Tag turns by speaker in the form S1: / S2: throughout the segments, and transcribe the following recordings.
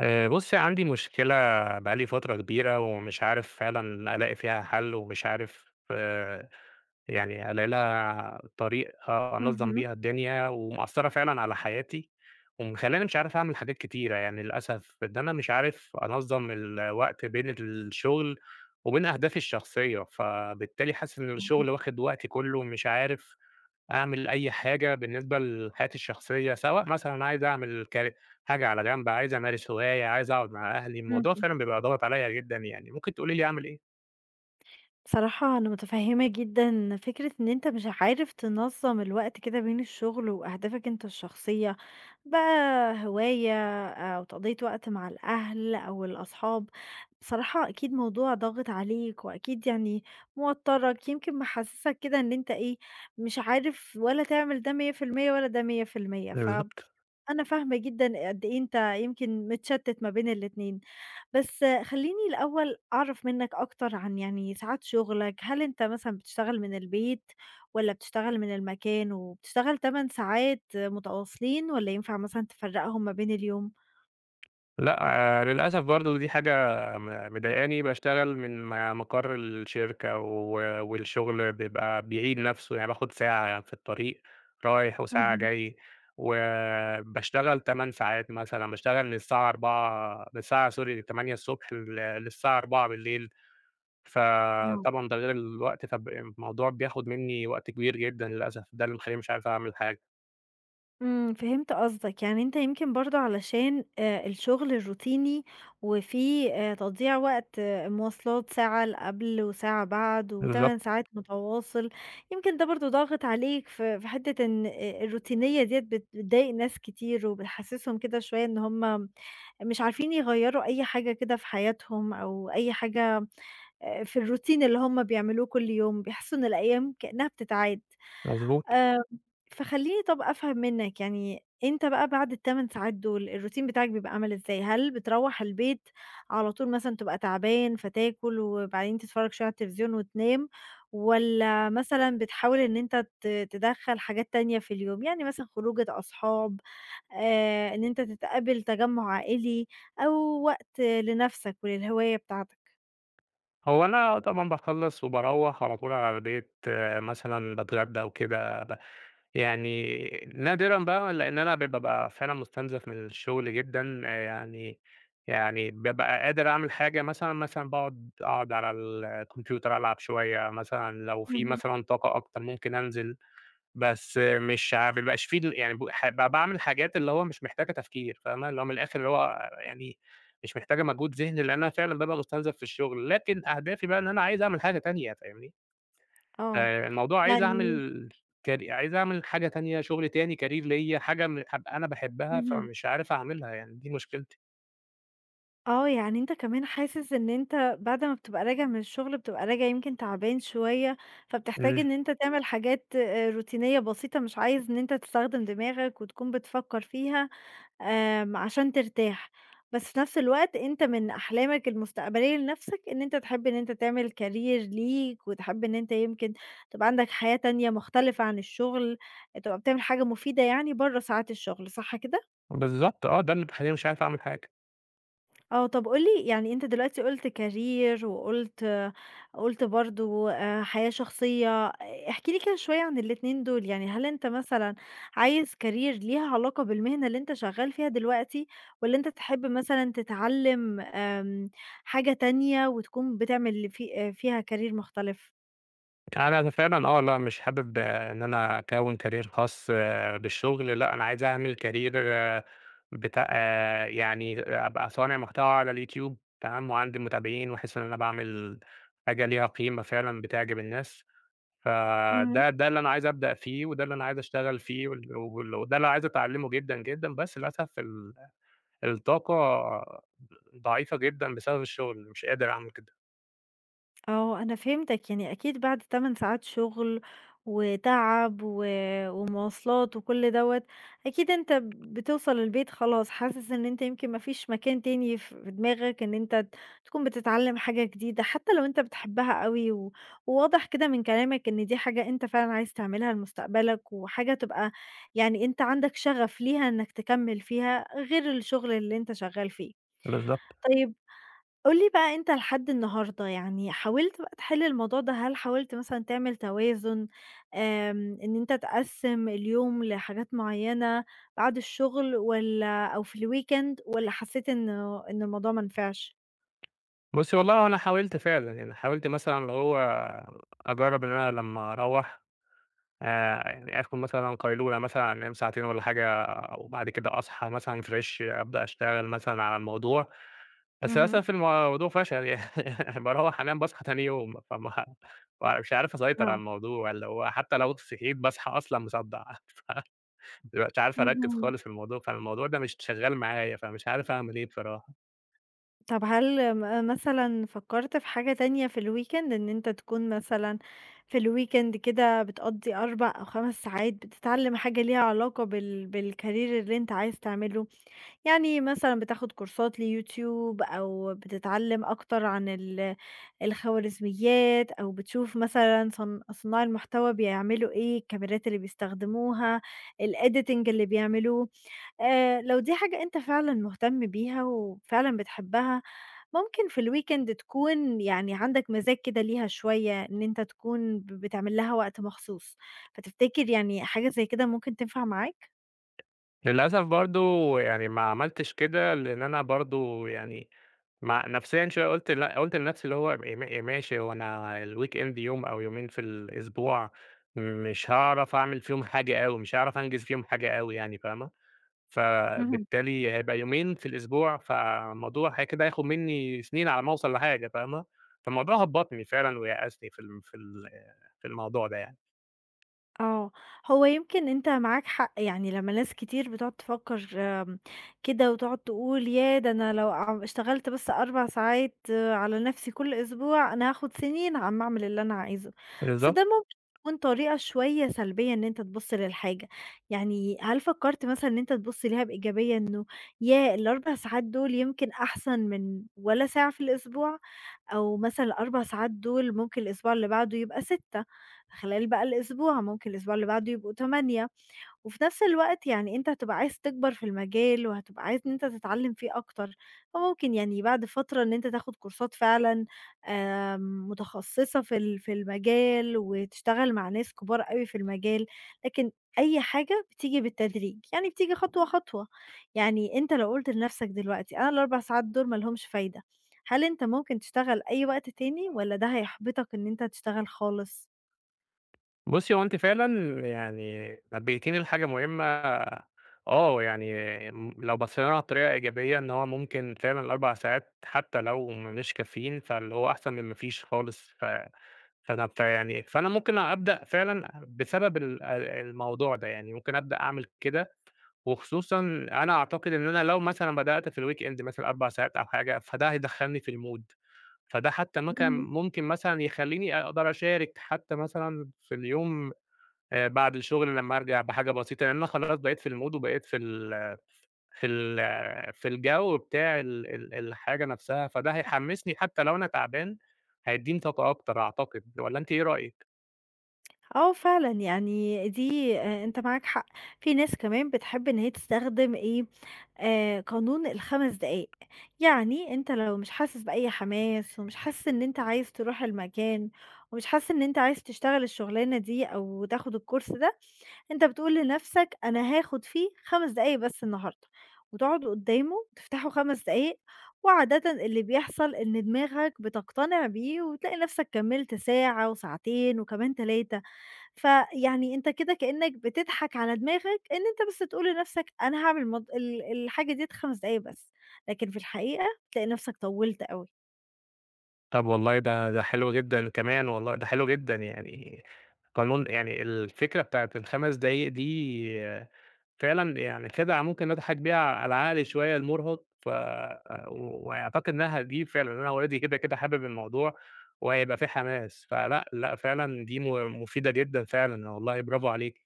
S1: بُصّي، عندي مشكلة. بقى لي فترة كبيرة ومش عارف فعلًا ألاقي فيها حل ومش عارف آه، يعني ألاقي لها طريق أنظّم
S2: اهم،
S1: بيها الدنيا ومأثّرة فعلًا على حياتي ومخلّياني مش عارف أعمل حاجات كتيرة يعني للأسف، إن أنا مش عارف أنظّم الوقت بين الشغل وبين أهدافي الشخصية، فبالتالي حاسس إن الشغل واخد وقتي كُلّه ومش عارف أعمل أي حاجة بالنسبة لحياتي الشخصية، سواء مثلًا عايز أعمل حاجة على جنب، عايز أمارس هواية، عايز أقعد مع أهلي، الموضوع
S2: اهم.
S1: فعلًا بيبقى ضاغط عليَّ جدًا يعني، ممكن تقولي لي أعمل إيه؟
S2: بصراحة أنا متفهمة جدًا فكرة إن أنت مش عارف تنظم الوقت كده بين الشغل وأهدافك أنت الشخصية، بقى هواية أو تقضية وقت مع الأهل أو الأصحاب. بصراحة أكيد موضوع ضاغط عليك وأكيد يعني موتّرك، يمكن محسسك كده إن أنت إيه، مش عارف ولا تعمل ده 100% ولا ده 100%.
S1: بالضبط.
S2: أنا فاهمة جدًا قد إيه أنت يمكن متشتت ما بين الاتنين، بس خلّيني الأول أعرف منك أكتر عن يعني ساعات شغلك. هل أنت مثلًا بتشتغل من البيت والّا بتشتغل من المكان، وبتشتغل 8 ساعات متواصلين والّا ينفع مثلًا تفرّقهم ما بين اليوم؟
S1: لأ، للأسف برضه دي حاجة مضايقاني، باشتغل من مقر الشركة والشغل بيبقى بيعيد نفسه، يعني باخد ساعة في الطريق رايح وساعة جاي، وباشتغل 8 ساعات مثلًا، باشتغل من الساعة 16:00 من الساعة sorry 8:00 ص للساعة 16:00 بالليل.
S2: اهم.
S1: فطبعًا ده غير الوقت، فالموضوع بياخد منّي وقت كبير جدًا للأسف، ده اللي مخلّيني مش عارف أعمل حاجة.
S2: فهمت قصدك، يعني أنت يمكن برضه علشان الشغل الروتيني وفيه تضييع وقت مواصلات ساعة قبل وساعة بعد
S1: بالضبط،
S2: و8 ساعات متواصل، يمكن ده برضه ضاغط عليك في حتة إن الروتينية ديّة بتضايق ناس كتير وبتحسسهم كده شوية إن هُم مش عارفين يغيّروا أي حاجة كده في حياتهم أو أي حاجة في الروتين اللي هُم بيعملوه كل يوم، بيحسّوا إن الأيام كإنها بتتعاد.
S1: مضبوط.
S2: آآ، فخلّيني طَب أفهم منّك، يعني أنت بقى بعد ال8 ساعات دول الروتين بتاعك بيبقى عامل إزاي؟ هل بتروّح البيت على طول مثلًا تبقى تعبان فتاكل وبعدين تتفرّج شوية على التلفزيون وتنام، والّا مثلًا بتحاول إن أنت تدخّل حاجات تانية في اليوم، يعني مثلًا خروجة أصحاب، إن أنت تتقابل تجمُّع عائلي، أو وقت لنَفْسك وللهواية بتاعتك؟
S1: هو أنا طبعًا باخلّص وباروّح على طول على البيت، آه، مثلًا باتغدى وكده يعني نادرًا بقى لإن أنا بابقى فعلًا مُستنزف من الشغل جدًا، يعني بابقى قادر أعمل حاجة مثلًا، مثلًا أقعد على الكمبيوتر ألعب شوية مثلًا، لو في
S2: اهم،
S1: مثلًا طاقة أكتر ممكن أنزل. بس مش ما بيبقاش في يعني ب ح ب باعمل حاجات اللي هو مش محتاجة تفكير فاهمة، اللي هو من الآخر اللي هو يعني مش محتاجة مجهود ذهني، لإن أنا فعلًا بابقى مستنزف في الشغل، لكن أهدافي بقى إن أنا عايز أعمل حاجة تانية فاهمني،
S2: آه،
S1: الموضوع عايز
S2: يعني
S1: أعمل كاري، عايز أعمل حاجة تانية، شغل تاني، career ليّا، حاجة أبقى أنا باحبها،
S2: اهم.
S1: فمش عارف أعملها يعني، دي مشكلتي.
S2: آه، يعني أنت كمان حاسس إن أنت بعد ما بتبقى راجع من الشغل بتبقى راجع يمكن تعبان شوية، فبتحتاج
S1: إمم.
S2: إن أنت تعمل حاجات روتينية بسيطة مش عايز إن أنت تستخدم دماغك وتكون بتفكر فيها عشان ترتاح، بس في نفس الوقت أنت من أحلامك المستقبلية لنفسك إن أنت تحب إن أنت تعمل career ليك وتحب إن أنت يمكن تبقى عندك حياة تانية مختلفة عن الشغل، تبقى بتعمل حاجة مفيدة يعني برّه ساعات الشغل، صح كده؟
S1: بالضبط، آه، ده اللي مخلّيني مش عارف أعمل حاجة.
S2: آه، طب قُل لي يعني أنت دلوقتي قُلت career وقُلت برضه حياة شخصية، احكِ لي كده شوية عن الاتنين دول، يعني هل أنت مثلًا عايز career ليها علاقة بالمهنة اللي أنت شغال فيها دلوقتي، والّا أنت تحب مثلًا تتعلّم حاجة تانية وتكون بتعمل في آه، فيها career مختلف؟
S1: يعني أنا فعلًا، لأ مش حابب، إن أنا أكوّن career خاص آه، بالشغل، لأ أنا عايز أعمل career بتاع، يعني أبقى صانع محتوى على الYouTube تمام، وعندي متابعين وأحس إن أنا باعمل حاجة ليها قيمة فعلًا بتعجب الناس، فده اللي أنا عايز أبدأ فيه وده اللي أنا عايز أشتغل فيه وال وال وده اللي عايز أتعلمه جدًا، جدًا، بس للأسف الطاقة ضعيفة جدًا بسبب الشغل، مش قادر أعمل كده.
S2: آه، أنا فهمتك، يعني أكيد بعد 8 ساعات شغل وتعب ومواصلات وكل دوّة، أكيد أنت بتوصل البيت خلاص حاسس إن أنت يمكن ما فيش مكان تاني في دماغك إن أنت تكون بتتعلم حاجة جديدة، حتى لو أنت بتحبها أوي وواضح كده من كلامك إن دي حاجة أنت فعلًا عايز تعملها لمستقبلك، وحاجة تبقى يعني أنت عندك شغف ليها إنك تكمل فيها غير الشغل اللي أنت شغال فيه.
S1: بالضبط.
S2: طيب قُل لي بقى أنت لحد النهارده يعني حاولت بقى تحل الموضوع ده، هل حاولت مثلًا تعمل توازن، إن أنت تقسّم اليوم لحاجات معيّنة بعد الشغل والّا أو في الweekend والّا حسّيت إنه إن الموضوع ما نفعش؟
S1: بُصّي والله هو أنا حاولت فعلًا، يعني حاولت مثلًا اللي هو أجرّب إن أنا لمّا أروّح، يعني آخد مثلًا قيلولة مثلًا أنام ساعتين والّا حاجة، وبعد كده أصحى مثلًا فريش أبدأ أشتغل مثلًا على الموضوع، بس
S2: اهم.
S1: للأسف الموضوع فشل يعني باروّح أنام باصحى تاني يوم، مش عارف أسيطر على
S2: آه.
S1: الموضوع، اللي هو حتى لو صحيت باصحى أصلًا مصدّع مش عارف أركّز
S2: اهم.
S1: خالص في الموضوع، فالموضوع ده مش شغال معايا، فمش عارف أعمل إيه بصراحة.
S2: طب هل مثلًا فكّرت في حاجة تانية في الweekend إن أنت تكون مثلًا في الweekend كده بتقضّي 4 أو 5 ساعات بتتعلّم حاجة ليها علاقة بالcareer اللي أنت عايز تعمله؟ يعني مثلًا بتاخد كورسات ليوتيوب أو بتتعلّم أكتر عن الخوارزميات أو بتشوف مثلًا صناع المحتوى بيعملوا إيه، الكاميرات اللي بيستخدموها، الediting اللي بيعملوه. لو دي حاجة أنت فعلًا مهتم بيها وفعلًا بتحبها، ممكن في الweekend تكون يعني عندك مزاج كده ليها شوية إن أنت تكون بتعمل لها وقت مخصوص، فتفتكر يعني حاجة زي كده ممكن تنفع معاك؟
S1: للأسف برضه يعني ما عملتش كده، لإن أنا برضه يعني مع نفسيًا شوية قُلت لأ، قُلت لنفسي اللي هو ماشي، هو أنا الweekend يوم أو يومين في الأسبوع، مش هاعرف أعمل فيهم حاجة أوي، مش هاعرف أنجز فيهم حاجة أوي يعني فاهمة؟ فبالتالي هيبقى يومين في الأسبوع، فالموضوع هي كده هياخد مني سنين على ما أوصل لحاجة فاهمة؟ فالموضوع هبّطني فعلًا ويأسني في الموضوع ده يعني.
S2: آه، هو يمكن أنت معاك حق، يعني لمّا ناس كتير بتقعد تفكّر كده وتقعد تقول ياه! ده أنا لو اشتغلت بس 4 ساعات على نفْسي كل أسبوع، أنا هاخد سنين عما أعمل اللي أنا عايزه، بس ده
S1: بالضبط.
S2: ممكن يكون طريقة شوية سلبية إن أنت تبُص للحاجة. يعني هل فكّرت مثلًا إن أنت تبُص ليها بإيجابية إنه ياه! ال4 ساعات دول يمكن أحسن من ولا ساعة في الأسبوع، أو مثلًا ال4 ساعات دول ممكن الأسبوع اللي بعده يبقى 6. خلال بقى الأسبوع، ممكن الأسبوع اللي بعده يبقوا 8 وفي نفس الوقت يعني أنت هتبقى عايز تكبر في المجال، وهتبقى عايز إن أنت تتعلم فيه أكتر، فممكن يعني بعد فترة إن أنت تاخد كورسات فعلًا متخصصة في في المجال، وتشتغل مع ناس كبار أوي في المجال، لكن أي حاجة بتيجي بالتدريج، يعني بتيجي خطوة، خطوة، يعني أنت لو قُلت لنفسك دلوقتي أنا ال4 ساعات دول ما لهمش فايدة، هل أنت ممكن تشتغل أي وقت تاني والّا ده هيحبطك إن أنت تشتغل خالص؟
S1: بُصّي، هو أنتِ فعلًا يعني نبهتيني لحاجة مهمة، يعني لو بصينا لها بطريقة إيجابية إن هو ممكن فعلًا ال4 ساعات حتى لو مش كافيين، فاللي هو أحسن من ما فيش خالص، ف فأنا ف يعني فأنا ممكن أبدأ فعلًا بسبب ال الموضوع ده، يعني ممكن أبدأ أعمل كده، وخصوصًا أنا أعتقد إن أنا لو مثلًا بدأت في الweekend مثلًا 4 ساعات أو حاجة، فده هيدخّلني في الmood، فده حتى ممكن مثلًا يخلّيني أقدر أشارك حتى مثلًا في اليوم بعد الشغل لمّا أرجع بحاجة بسيطة، لإن أنا خلاص بقيت في الmood وبقيت في الجو بتاع ال ال الحاجة نفسها، فده هيحمّسني حتى لو أنا تعبان، هيدّيني طاقة أكتر أعتقد، والّا أنتِ إيه رأيِك؟
S2: آه فعلًا، يعني دي أنت معاك حق. في ناس كمان بتحب إن هي تستخدم إيه، قانون ال5 دقايق. يعني أنت لو مش حاسس بأي حماس ومش حاسس إن أنت عايز تروح المكان ومش حاسس إن أنت عايز تشتغل الشغلانة دي أو تاخد الكورس ده، أنت بتقول لنفْسك أنا هاخد فيه 5 دقايق بس النهارده، وتقعد قدّامه تفتحه 5 دقايق، وعادةً اللي بيحصل إن دماغك بتقتنع بيه وتلاقي نفْسك كمّلت ساعة وساعتين وكمان 3. فيعني أنت كده كإنّك بتضحك على دماغك إن أنت بس تقول لنَفْسك أنا هاعمل مض ال الحاجة ديّة 5 دقايق بس، لكن في الحقيقة تلاقي نَفْسك طوّلت أوي.
S1: طب والله ده حلو جدًا كمان والله، ده حلو جدًا يعني قانون يعني الفكرة بتاعة ال5 دقايق دي فعلًا يعني خدعة ممكن نضحك بيها على العقل شوية المُرهق، ف وأعتقد إنها هتجيب فعلًا، أنا أولادي كده، كده حابب الموضوع وهيبقى في حماس، فلأ، لأ فعلًا دي مفيدة جدًا فعلًا والله برافو عليكِ.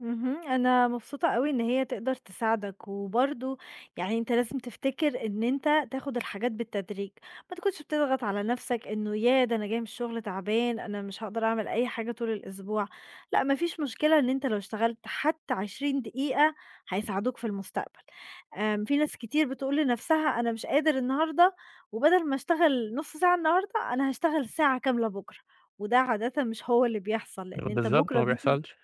S2: اهم، أنا مبسوطة أوي إن هي تقدر تساعدك، وبرضه يعني أنت لازم تفتكر إن أنت تاخد الحاجات بالتدريج، ما تكونش بتضغط على نفسك إنه ياه ده أنا جاي من الشغل تعبان، أنا مش هاقدر أعمل أي حاجة طول الأسبوع، لأ ما فيش مشكلة إن أنت لو اشتغلت حتى 20 دقيقة هيساعدوك في المستقبل. في ناس كتير بتقول لنفسها أنا مش قادر النهارده، وبدل ما أشتغل نُص ساعة النهارده أنا هاشتغل ساعة كاملة بُكرة، وده عادةً مش هو اللي بيحصل، لإن أنت
S1: بالضبط،
S2: بُكرة
S1: ما
S2: بييجي
S1: بيحصلش.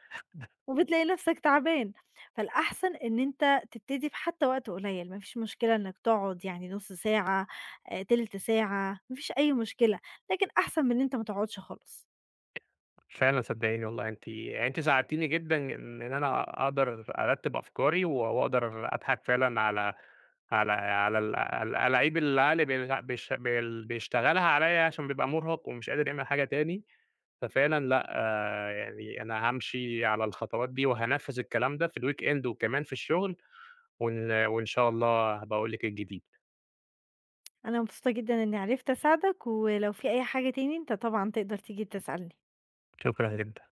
S2: وبتلاقي نفسك تعبان، فالأحسن إن أنت تبتدي في حتى وقت قليل، ما فيش مشكلة إنك تقعد يعني نُص ساعة، تِلت ساعة، ما فيش أي مشكلة، لكن أحسن من إن أنت ما تقعدش خالص.
S1: فعلًا صدقيني والله أنتِ يعني أنتِ ساعدتيني جدًا إن أنا أقدر أرتّب أفكاري وأقدر أضحك فعلًا على الألاعيب اللي العقل بيلع بيش بيل بيشتغلها عليَّ عشان بيبقى مُرهق ومش قادر يعمل حاجة تاني. ففعلًا لأ، آه، يعني أنا هامشي على الخطوات دي وهانفّذ الكلام ده في الweekend وكمان في الشغل، وإن شاء الله هابقى أقول لِك الجديد،
S2: أنا مبسوطة جدًا إني عرفت أساعدك، ولو في أي حاجة تاني أنت طبعًا تقدر تيجي تسألني.
S1: شكرًا جدًا.